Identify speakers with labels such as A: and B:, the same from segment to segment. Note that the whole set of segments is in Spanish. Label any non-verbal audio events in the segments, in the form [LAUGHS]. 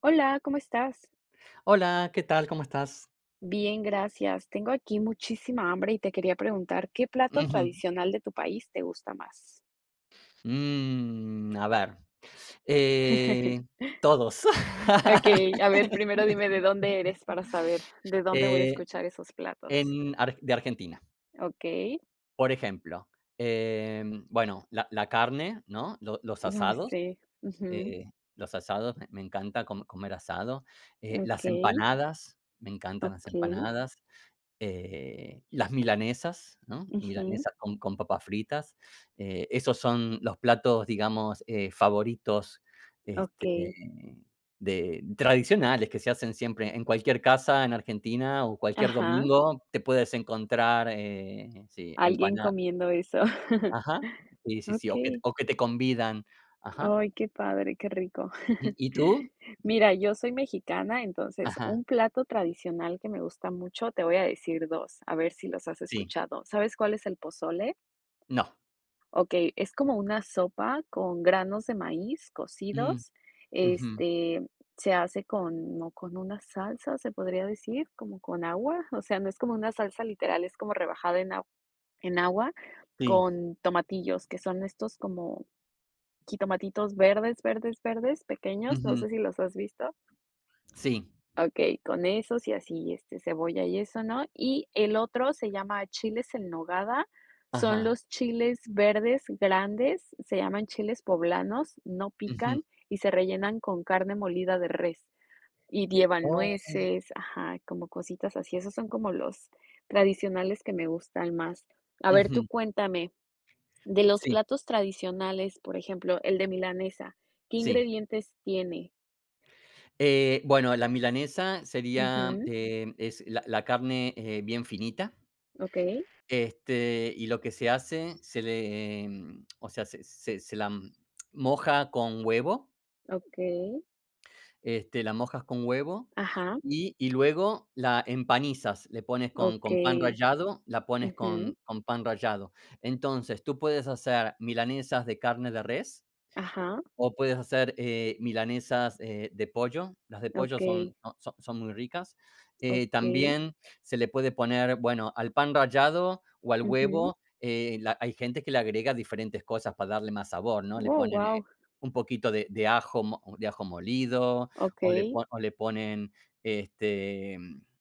A: Hola, ¿cómo estás?
B: Hola, ¿qué tal? ¿Cómo estás?
A: Bien, gracias. Tengo aquí muchísima hambre y te quería preguntar, ¿qué plato
B: Ujú.
A: tradicional de tu país te gusta más?
B: A ver, eh,
A: [LAUGHS]
B: todos.
A: Ok, a
B: [LAUGHS]
A: ver, primero dime de dónde eres para saber de dónde voy a
B: Eh,
A: escuchar esos platos.
B: en Ar de Argentina,
A: Ok,
B: por ejemplo, bueno, la carne, ¿no? Lo Los
A: no
B: asados,
A: sé. Ujú,
B: eh, los asados, me encanta co comer asado,
A: ok,
B: las empanadas, me encantan las
A: ok,
B: empanadas. Las milanesas, ¿no?
A: ujú,
B: Milanesas con papas fritas, esos son los platos, digamos, favoritos,
A: ok.
B: este, de tradicionales que se hacen siempre en cualquier casa en Argentina o cualquier
A: Ajá,
B: domingo te puedes encontrar, sí,
A: alguien
B: empana
A: comiendo eso. [LAUGHS]
B: ajá, sí, sí, sí,
A: Ok.
B: o que te convidan, ajá.
A: Ay, qué padre, qué rico.
B: Mm, ¿y
A: [LAUGHS]
B: tú?
A: Mira, yo soy mexicana, entonces
B: Ajá,
A: un plato tradicional que me gusta mucho, te voy a decir dos, a ver si los has
B: sí,
A: escuchado. ¿Sabes cuál es el pozole?
B: no.
A: Ok, es como una sopa con granos de maíz
B: Mm,
A: cocidos.
B: ujú,
A: Este se hace con, no, con una salsa, se podría decir, como con agua. O sea, no es como una salsa literal, es como rebajada en, agu- en agua
B: sí,
A: con tomatillos, que son estos como jitomatitos verdes, verdes, verdes, pequeños, no
B: ujú,
A: sé si los has visto.
B: sí,
A: Ok, con esos y así, este, cebolla y eso, ¿no? Y el otro se llama chiles en nogada, son
B: ajá,
A: los chiles verdes grandes, se llaman chiles poblanos, no
B: ujú,
A: pican y se rellenan con carne molida de res. Y llevan
B: oh,
A: nueces, ajá, como cositas así. Esos son como los tradicionales que me gustan más. A ver, tú
B: ujú.
A: cuéntame, de los
B: Sí,
A: platos tradicionales, por ejemplo, el de milanesa, ¿qué
B: sí.
A: ingredientes tiene?
B: Bueno, la milanesa sería,
A: Ujú,
B: es la carne, bien finita,
A: okey,
B: y lo que se hace, o sea, se la moja con huevo,
A: okey,
B: la mojas con huevo
A: ajá,
B: y luego la empanizas, le pones con pan
A: okey,
B: rallado, la pones
A: ujú,
B: con pan rallado. Entonces, tú puedes hacer milanesas de carne de res.
A: ajá,
B: O puedes hacer, milanesas, de pollo. Las de pollo son
A: okey,
B: no, son muy ricas.
A: okey,
B: También se le puede poner, bueno, al pan rallado o al
A: ujú.
B: huevo, la hay gente que le agrega diferentes cosas para darle más sabor, ¿no? Le
A: Wow.
B: ponen,
A: Wow.
B: un poquito de ajo mo de ajo molido,
A: Okey,
B: o le ponen, este,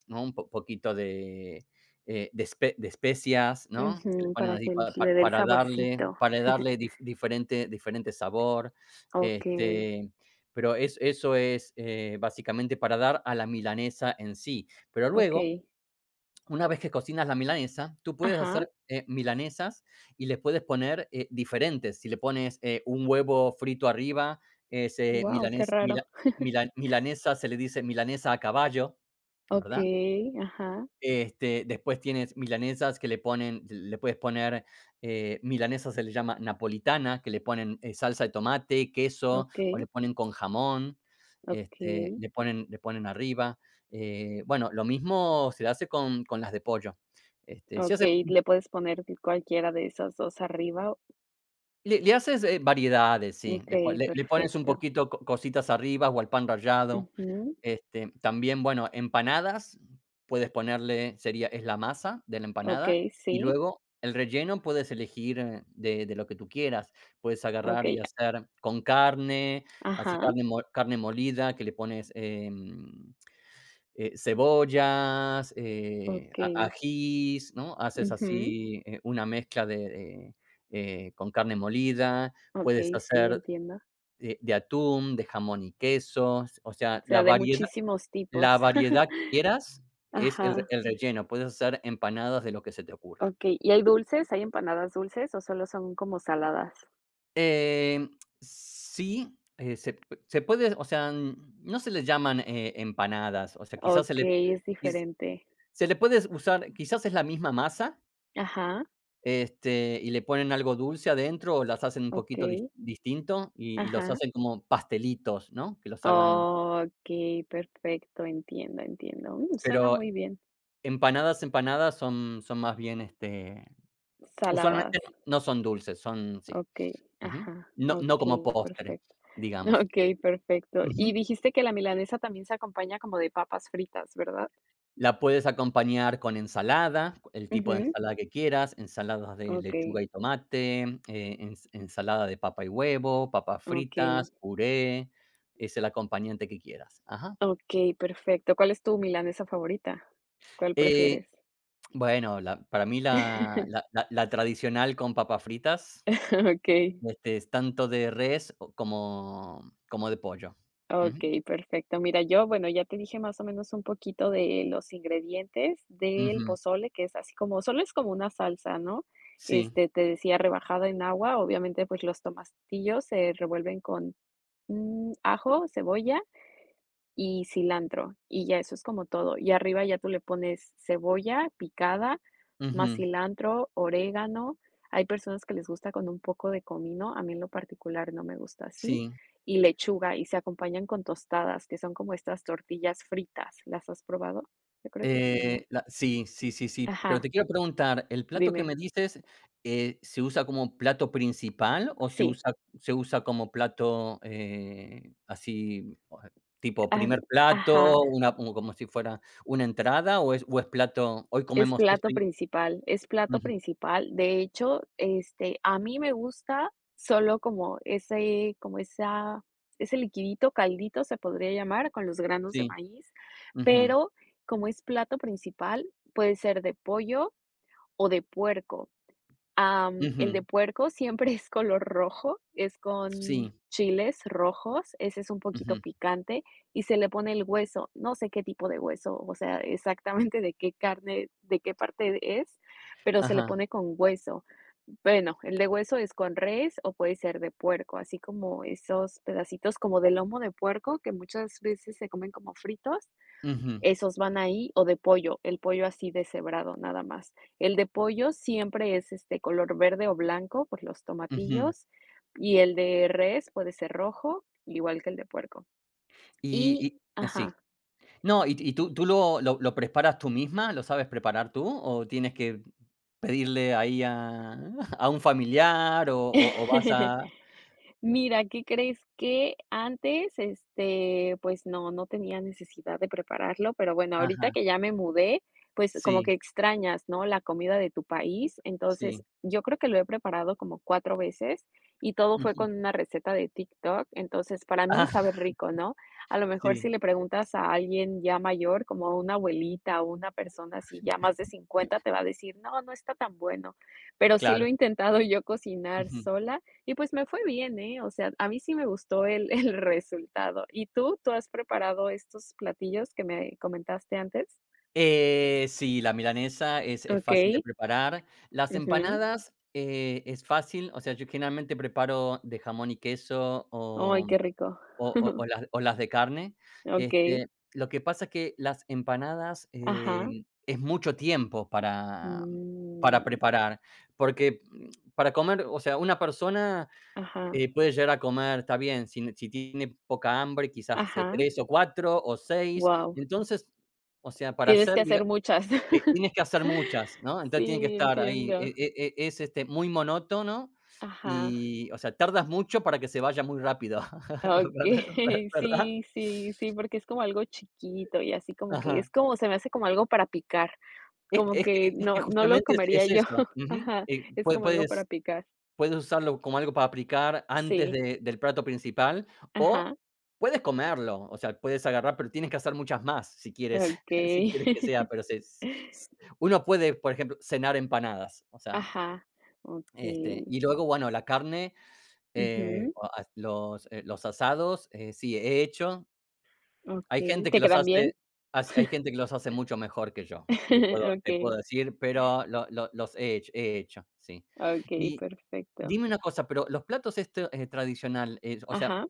B: ¿no? Un po poquito de espe de especias, ¿no? Que le
A: ujú,
B: ponen
A: para
B: así
A: que l
B: pa pa
A: le dé el
B: para darle
A: saborcito.
B: diferente sabor.
A: Okey,
B: Este, pero es eso es, básicamente para dar a la milanesa en sí. Pero luego,
A: okey,
B: una vez que cocinas la milanesa, tú puedes
A: ajá,
B: hacer, milanesas y les puedes poner, diferentes. Si le pones, un huevo frito arriba, es,
A: wow. Qué raro.
B: milanesa se le dice milanesa a caballo, ¿verdad?
A: Okey, ajá,
B: Después tienes milanesas que le puedes poner, milanesa se le llama napolitana, que le ponen, salsa de tomate, queso, o le
A: okey,
B: ponen con jamón,
A: okey,
B: le ponen arriba. Bueno, lo mismo se hace con las de pollo. Este, se hace
A: okey, le puedes poner cualquiera de esas 2 arriba.
B: Le haces, variedades, sí, le po
A: Okey,
B: le le pones un
A: perfecto.
B: poquito co cositas arriba o al pan rallado.
A: Ujú.
B: También, bueno, empanadas, puedes ponerle sería es la masa de la empanada,
A: Okey,
B: y
A: sí.
B: luego el relleno puedes elegir, de lo que tú quieras. Puedes agarrar y
A: Okey.
B: hacer con carne, así
A: Ajá.
B: carne molida que le pones, cebollas,
A: Okey.
B: a ajís, ¿no? Haces
A: Ujú.
B: así, una mezcla de, con carne molida, puedes
A: Okey, sí,
B: hacer
A: entiendo.
B: de atún, de jamón y queso, o
A: O
B: sea,
A: sea, de muchísimos tipos.
B: la variedad
A: [LAUGHS]
B: que quieras es
A: Ajá.
B: el relleno, puedes hacer empanadas de lo que se te ocurra.
A: Okey, ¿y hay dulces? ¿Hay empanadas dulces o solo son como saladas?
B: Em, sí, se puede, o sea, no se les llaman, empanadas, o sea, quizás
A: Okey, es
B: quiz
A: diferente.
B: se le puedes usar, quizás es la misma masa.
A: Ajá.
B: Y le ponen algo dulce adentro o las hacen un poquito
A: Okey.
B: distinto y los
A: Ajá.
B: hacen como pastelitos, ¿no? Que los hagan.
A: Okey, perfecto. Entiendo, entiendo. Mm, suena
B: Pero
A: muy bien.
B: empanadas, empanadas son más bien, usualmente
A: Saladas.
B: no son dulces, son sí.
A: Okey.
B: Ujú.
A: Ajá.
B: No, no como
A: Okey,
B: postre,
A: perfecto.
B: digamos.
A: Okey, perfecto. Y
B: Ujú.
A: dijiste que la milanesa también se acompaña como de papas fritas, ¿verdad?
B: La puedes acompañar con ensalada, el tipo de
A: Ujú.
B: ensalada que quieras, ensaladas de
A: Okey,
B: lechuga y tomate, ensalada de papa y huevo, papas
A: okey,
B: fritas, puré, es el acompañante que quieras. Ajá.
A: okey, perfecto. ¿Cuál es tu milanesa favorita? ¿Cuál
B: Eh,
A: prefieres?
B: bueno, la para mí
A: [LAUGHS]
B: la tradicional con papas fritas,
A: Okey,
B: es tanto de res o como de pollo. Ujú,
A: okey, perfecto. Mira, yo, bueno, ya te dije más o menos un poquito de los ingredientes del
B: ujú,
A: pozole, que es así como solo es como una salsa, ¿no?
B: sí,
A: Este, te decía, rebajada en agua, obviamente, pues, los tomatillos se revuelven con, mm, ajo, cebolla y cilantro, y ya eso es como todo. Y arriba ya tú le pones cebolla picada, más
B: ujú,
A: cilantro, orégano. Hay personas que les gusta con un poco de comino, a mí en lo particular no me gusta así,
B: sí.
A: y lechuga, y se acompañan con tostadas, que son como estas tortillas fritas. ¿Las has probado? Yo creo que sí, ¿no?
B: La Sí, sí, sí, sí. Pero
A: Ajá,
B: te quiero preguntar, ¿el plato que
A: dime.
B: me dices, se usa como plato principal o
A: Sí,
B: se usa como plato, así, o tipo
A: ah,
B: primer
A: ajá.
B: plato, una como si fuera una entrada, o es plato hoy
A: Es
B: comemos esto?
A: plato principal, es plato
B: Ujú,
A: principal. De hecho, este, a mí me gusta solo como ese como esa ese liquidito, caldito, se podría llamar, con los granos de
B: sí,
A: maíz,
B: ujú,
A: pero como es plato principal, puede ser de pollo o de puerco. Am, el de
B: ujú,
A: puerco siempre es color rojo, es con
B: sí,
A: chiles rojos, ese es un poquito
B: ujú,
A: picante y se le pone el hueso, no sé qué tipo de hueso, o sea, exactamente de qué carne, de qué parte es, pero se le
B: ajá,
A: pone con hueso. Bueno, el de hueso es con res o puede ser de puerco, así como esos pedacitos como de lomo de puerco que muchas veces se comen como fritos.
B: ujú,
A: Esos van ahí, o de pollo, el pollo así deshebrado, nada más. El de pollo siempre es, este, color verde o blanco por los
B: ujú.
A: tomatillos, y el de res puede ser rojo, igual que el de puerco.
B: Y
A: Y
B: ah, sí.
A: ajá.
B: No, ¿y tú lo preparas tú misma? ¿Lo sabes preparar tú o tienes que pedirle ahí a [LAUGHS] a un familiar o vas
A: [LAUGHS]
B: a
A: Mira, ¿qué crees? Que antes, este, pues no, no tenía necesidad de prepararlo, pero bueno, ahorita
B: ajá,
A: que ya me mudé, pues como que
B: sí,
A: extrañas, ¿no? La comida de tu país. Entonces,
B: sí,
A: yo creo que lo he preparado como cuatro veces y todo fue
B: ujú,
A: con una receta de TikTok. Entonces, para
B: [LAUGHS]
A: mí
B: ah,
A: sabe rico, ¿no? A lo mejor
B: sí,
A: si le preguntas a alguien ya mayor, como a una abuelita o una persona así ya más de 50, te va a decir, no, no está tan bueno. Pero sí lo
B: claro.
A: he intentado yo cocinar sola y pues me fue bien, ¿eh? O sea, a mí sí me gustó el [LAUGHS] el resultado. ¿Y tú? ¿Tú has preparado estos platillos que me comentaste antes?
B: Sí, la milanesa es fácil de
A: Okey,
B: preparar. Las
A: ujú.
B: empanadas, es fácil, o sea, yo generalmente preparo de jamón y queso
A: Ay,
B: o
A: qué rico.
B: las o las de carne.
A: Okey,
B: Este, lo que pasa es que las empanadas,
A: ajá,
B: es mucho tiempo para
A: mm,
B: preparar, porque, mm, para comer, o sea, una persona,
A: ajá,
B: puede llegar a comer, está bien, si tiene poca hambre, quizás,
A: ajá,
B: 3 o 4 o seis.
A: wow.
B: Entonces, o sea, para
A: Tienes
B: hacer,
A: que hacer muchas. [LAUGHS]
B: tienes que hacer muchas, ¿no? Entonces tiene que
A: Sí,
B: estar ahí.
A: entiendo.
B: Es, muy monótono
A: Ajá,
B: y, o sea, tardas mucho para que se vaya muy rápido.
A: okey,
B: [LAUGHS] ¿verd
A: [LAUGHS]
B: Verdad?
A: sí, sí, sí, porque es como algo chiquito y así como que es
B: Ajá.
A: como se me hace como algo para picar. Como que
B: Es que
A: no, no lo
B: Justamente es
A: comería yo.
B: eso.
A: [LAUGHS]
B: Ujú.
A: Ajá, es como algo para picar.
B: Puedes usarlo como algo para aplicar antes
A: Sí,
B: de del plato principal o
A: ajá,
B: puedes comerlo, o sea, puedes agarrar, pero tienes que hacer muchas más si quieres [LAUGHS] si
A: okey.
B: quieres que sea, pero se s
A: [LAUGHS]
B: uno puede, por ejemplo, cenar empanadas, o sea.
A: Ajá, okey.
B: Y luego, bueno, la carne,
A: Ujú,
B: o as los asados, sí, he hecho. Hay
A: okey.
B: gente que
A: ¿Te
B: los
A: quedan
B: hace
A: bien?
B: hace hay gente que los hace mucho mejor que yo, te
A: [LAUGHS]
B: puedo
A: Okey,
B: decir, pero lo los he hecho, sí.
A: okey,
B: Y
A: perfecto.
B: dime una cosa, pero los platos esto, tradicional, o sea,
A: Ajá,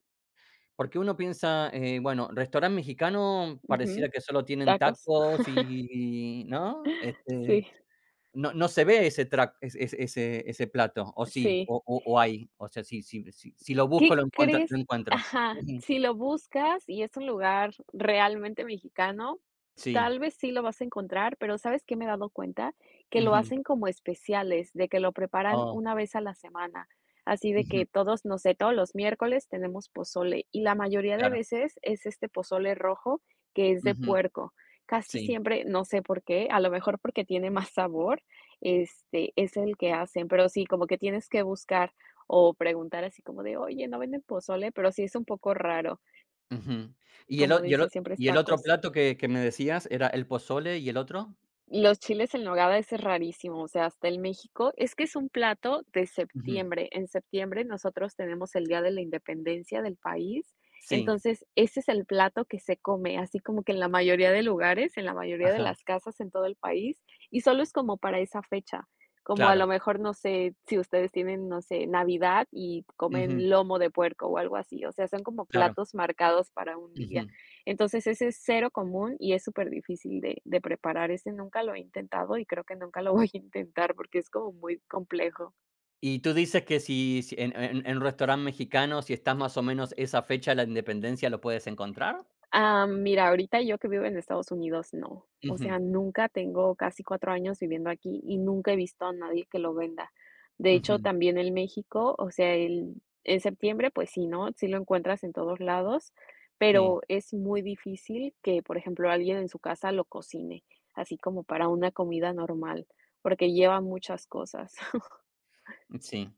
B: porque uno piensa, bueno, restaurante mexicano pareciera
A: ujú,
B: que solo tienen
A: tacos.
B: tacos
A: [LAUGHS]
B: y, ¿no?
A: Sí,
B: No se ve ese track, ese plato, o sí,
A: sí.
B: o hay, o sea, si lo
A: ¿Qué
B: busco lo encuentro,
A: crees? Ajá,
B: Ujú.
A: si lo buscas y es un lugar realmente mexicano,
B: Sí,
A: tal vez sí lo vas a encontrar, pero ¿sabes qué me he dado cuenta? Que lo
B: ujú.
A: hacen como especiales, de que lo preparan
B: Oh,
A: una vez a la semana. Así de
B: ujú,
A: que todos, no sé, todos los miércoles tenemos pozole y la mayoría de
B: claro,
A: veces es este pozole rojo que es de
B: ujú,
A: puerco. Casi
B: sí,
A: siempre, no sé por qué, a lo mejor porque tiene más sabor, este, es el que hacen, pero sí, como que tienes que buscar o preguntar así como de: "Oye, ¿no venden pozole?", pero sí es un poco raro,
B: ujú. ¿Y el o
A: como dice siempre es
B: y el otro
A: tacos.
B: plato que me decías era el pozole y el otro?
A: Los chiles en nogada es rarísimo, o sea, hasta el México es que es un plato de
B: Ujú,
A: septiembre. En septiembre nosotros tenemos el Día de la Independencia del país,
B: sí,
A: entonces ese es el plato que se come, así como que en la mayoría de lugares, en la mayoría de
B: ajá,
A: las casas en todo el país, y solo es como para esa fecha, como a lo
B: claro,
A: mejor, no sé, si ustedes tienen, no sé, Navidad y
B: ujú,
A: comen lomo de puerco o algo así, o sea, son como
B: claro,
A: platos marcados para un día.
B: ujú.
A: Entonces, ese es cero común y es súper difícil de preparar, ese nunca lo he intentado y creo que nunca lo [LAUGHS] voy a intentar porque es como muy complejo.
B: Y tú dices que si en un restaurante mexicano, si estás más o menos esa fecha de la independencia, ¿lo puedes encontrar?
A: Ah, mira, ahorita yo que vivo en Estados Unidos, no. O
B: Ujú,
A: sea, nunca tengo casi 4 años viviendo aquí y nunca he visto a nadie que lo venda. De hecho,
B: ujú,
A: también en México, o sea, el en septiembre, pues sí, ¿no? Sí lo encuentras en todos lados,
B: sí,
A: pero es muy difícil que, por ejemplo, alguien en su casa lo cocine, así como para una comida normal, porque lleva muchas cosas.
B: sí.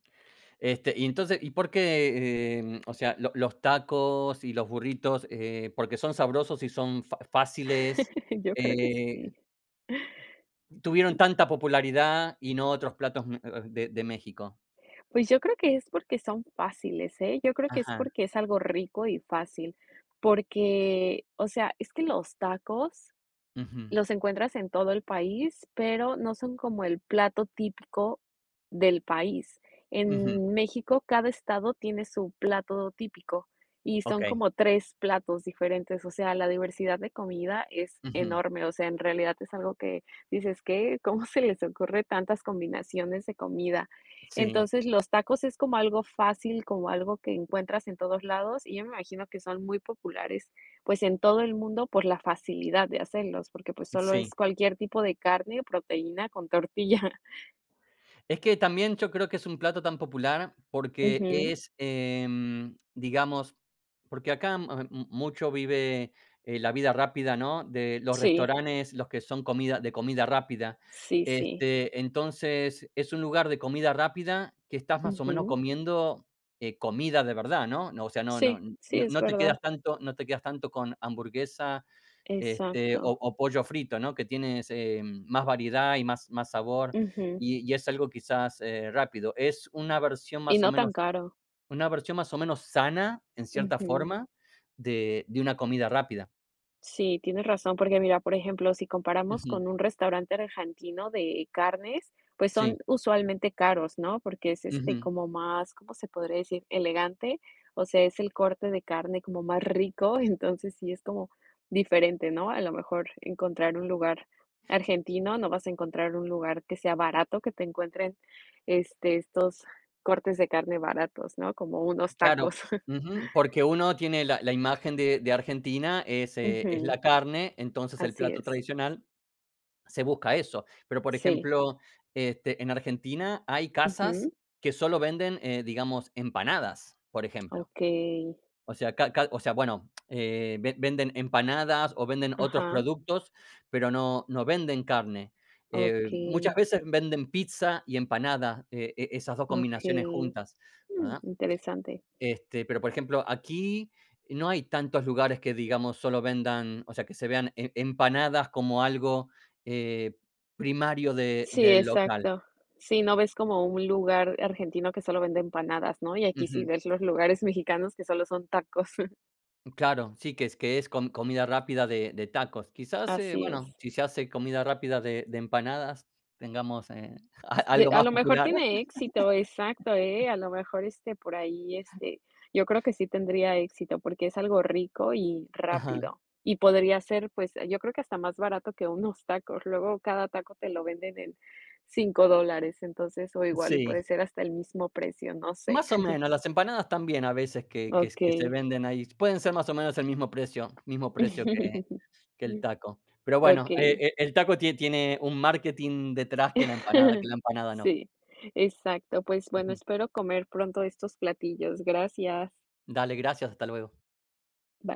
B: Y entonces, ¿y por qué, o sea, los tacos y los burritos, porque son sabrosos y son fáciles,
A: [LAUGHS] Yo creo que
B: eh,
A: sí.
B: tuvieron tanta popularidad y no otros platos de México?
A: Pues yo creo que es porque son fáciles, ¿eh? Yo creo que es
B: Ajá,
A: porque es algo rico y fácil, porque, o sea, es que los tacos
B: ujú,
A: los encuentras en todo el país, pero no son como el plato típico del país.
B: ujú,
A: En México, cada estado tiene su plato típico y son
B: ok,
A: como 3 platos diferentes, o sea, la diversidad de comida es
B: ujú.
A: enorme, o sea, en realidad es algo que dices: "¿Qué? ¿Cómo se les ocurre tantas combinaciones de comida?".
B: Sí,
A: Entonces, los tacos es como algo fácil, como algo que encuentras en todos lados, y yo me imagino que son muy populares pues, en todo el mundo por la facilidad de hacerlos, porque, pues, solo es
B: sí.
A: cualquier tipo de carne o proteína con tortilla. [LAUGHS]
B: Es que también yo creo que es un plato tan popular porque
A: Ujú.
B: es, digamos, porque acá mucho vive la vida rápida, ¿no? De los
A: Sí,
B: restaurantes, los que son comida, de comida rápida.
A: sí, sí.
B: Entonces, es un lugar de comida rápida que estás más o menos
A: Ujú.
B: comiendo comida de verdad, ¿no? No, o sea, no, no,
A: Sí, sí,
B: no,
A: es
B: no te
A: verdad.
B: quedas tanto, no te quedas tanto con hamburguesa,
A: Exacto.
B: o pollo frito, ¿no? Que tienes, más variedad y más, más sabor.
A: Ujú.
B: Y es algo quizás, rápido. Es una versión
A: Y
B: más o
A: no tan
B: menos
A: caro.
B: una versión más o menos sana, en cierta
A: Ujú.
B: forma, de una comida rápida.
A: Sí, tienes razón, porque mira, por ejemplo, si comparamos
B: Ujú.
A: con un restaurante argentino de carnes, pues
B: Sí.
A: son usualmente caros, ¿no? Porque es este
B: Ujú.
A: como más, ¿cómo se podría decir? Elegante, o sea, es el corte de carne como más rico, [LAUGHS] entonces sí es como diferente, ¿no? A lo mejor encontrar un lugar argentino, no vas a encontrar un lugar que sea barato, que te encuentren estos cortes de carne baratos, ¿no? Como unos
B: Claro.
A: tacos.
B: Ujú.
A: [LAUGHS]
B: Porque uno tiene la imagen de Argentina es
A: Ujú,
B: la carne, entonces el
A: así
B: plato
A: es.
B: tradicional se busca eso. Pero, por
A: Sí.
B: ejemplo, en Argentina hay casas
A: Ujú.
B: que solo venden, digamos, empanadas, por ejemplo.
A: Okay,
B: O sea, ca ca o sea, bueno, ve venden empanadas o venden otros
A: ajá,
B: productos, pero no venden carne. Muchas
A: okay,
B: veces venden pizza y empanada, esas 2 combinaciones
A: okay,
B: juntas,
A: mm,
B: ¿verdad?
A: interesante.
B: Pero, por ejemplo, aquí no hay tantos lugares que, digamos, solo vendan, o sea, que se vean empanadas como algo, eh, primario de
A: Sí,
B: del local.
A: exacto. Sí, no ves como un lugar argentino que solo vende empanadas, ¿no? Y aquí sí ves los lugares mexicanos que solo son tacos. [LAUGHS]
B: Claro, sí, que es comida rápida de tacos. Quizás,
A: Así es.
B: bueno, si se hace comida rápida de empanadas, tengamos, [LAUGHS] a
A: De
B: algo
A: a
B: más
A: lo mejor
B: popular.
A: tiene éxito, exacto, ¿eh? A lo mejor, este, por ahí, este, yo creo que sí tendría éxito, porque es algo rico y
B: Ajá,
A: rápido. Y podría ser, pues, yo creo que hasta más barato que unos tacos. Luego cada taco te lo venden en $5, entonces, o igual y
B: sí,
A: puede ser hasta el mismo precio, no sé.
B: más o menos, las empanadas también a veces que
A: Okey.
B: se venden ahí, pueden ser más o menos el mismo precio que el taco. Pero bueno,
A: Okey.
B: el taco tiene un marketing detrás
A: [LAUGHS]
B: que la empanada,
A: [LAUGHS]
B: no.
A: Sí, exacto. Pues, bueno,
B: Ujú.
A: espero comer pronto estos platillos. Gracias.
B: Dale, gracias, hasta luego.
A: Bye.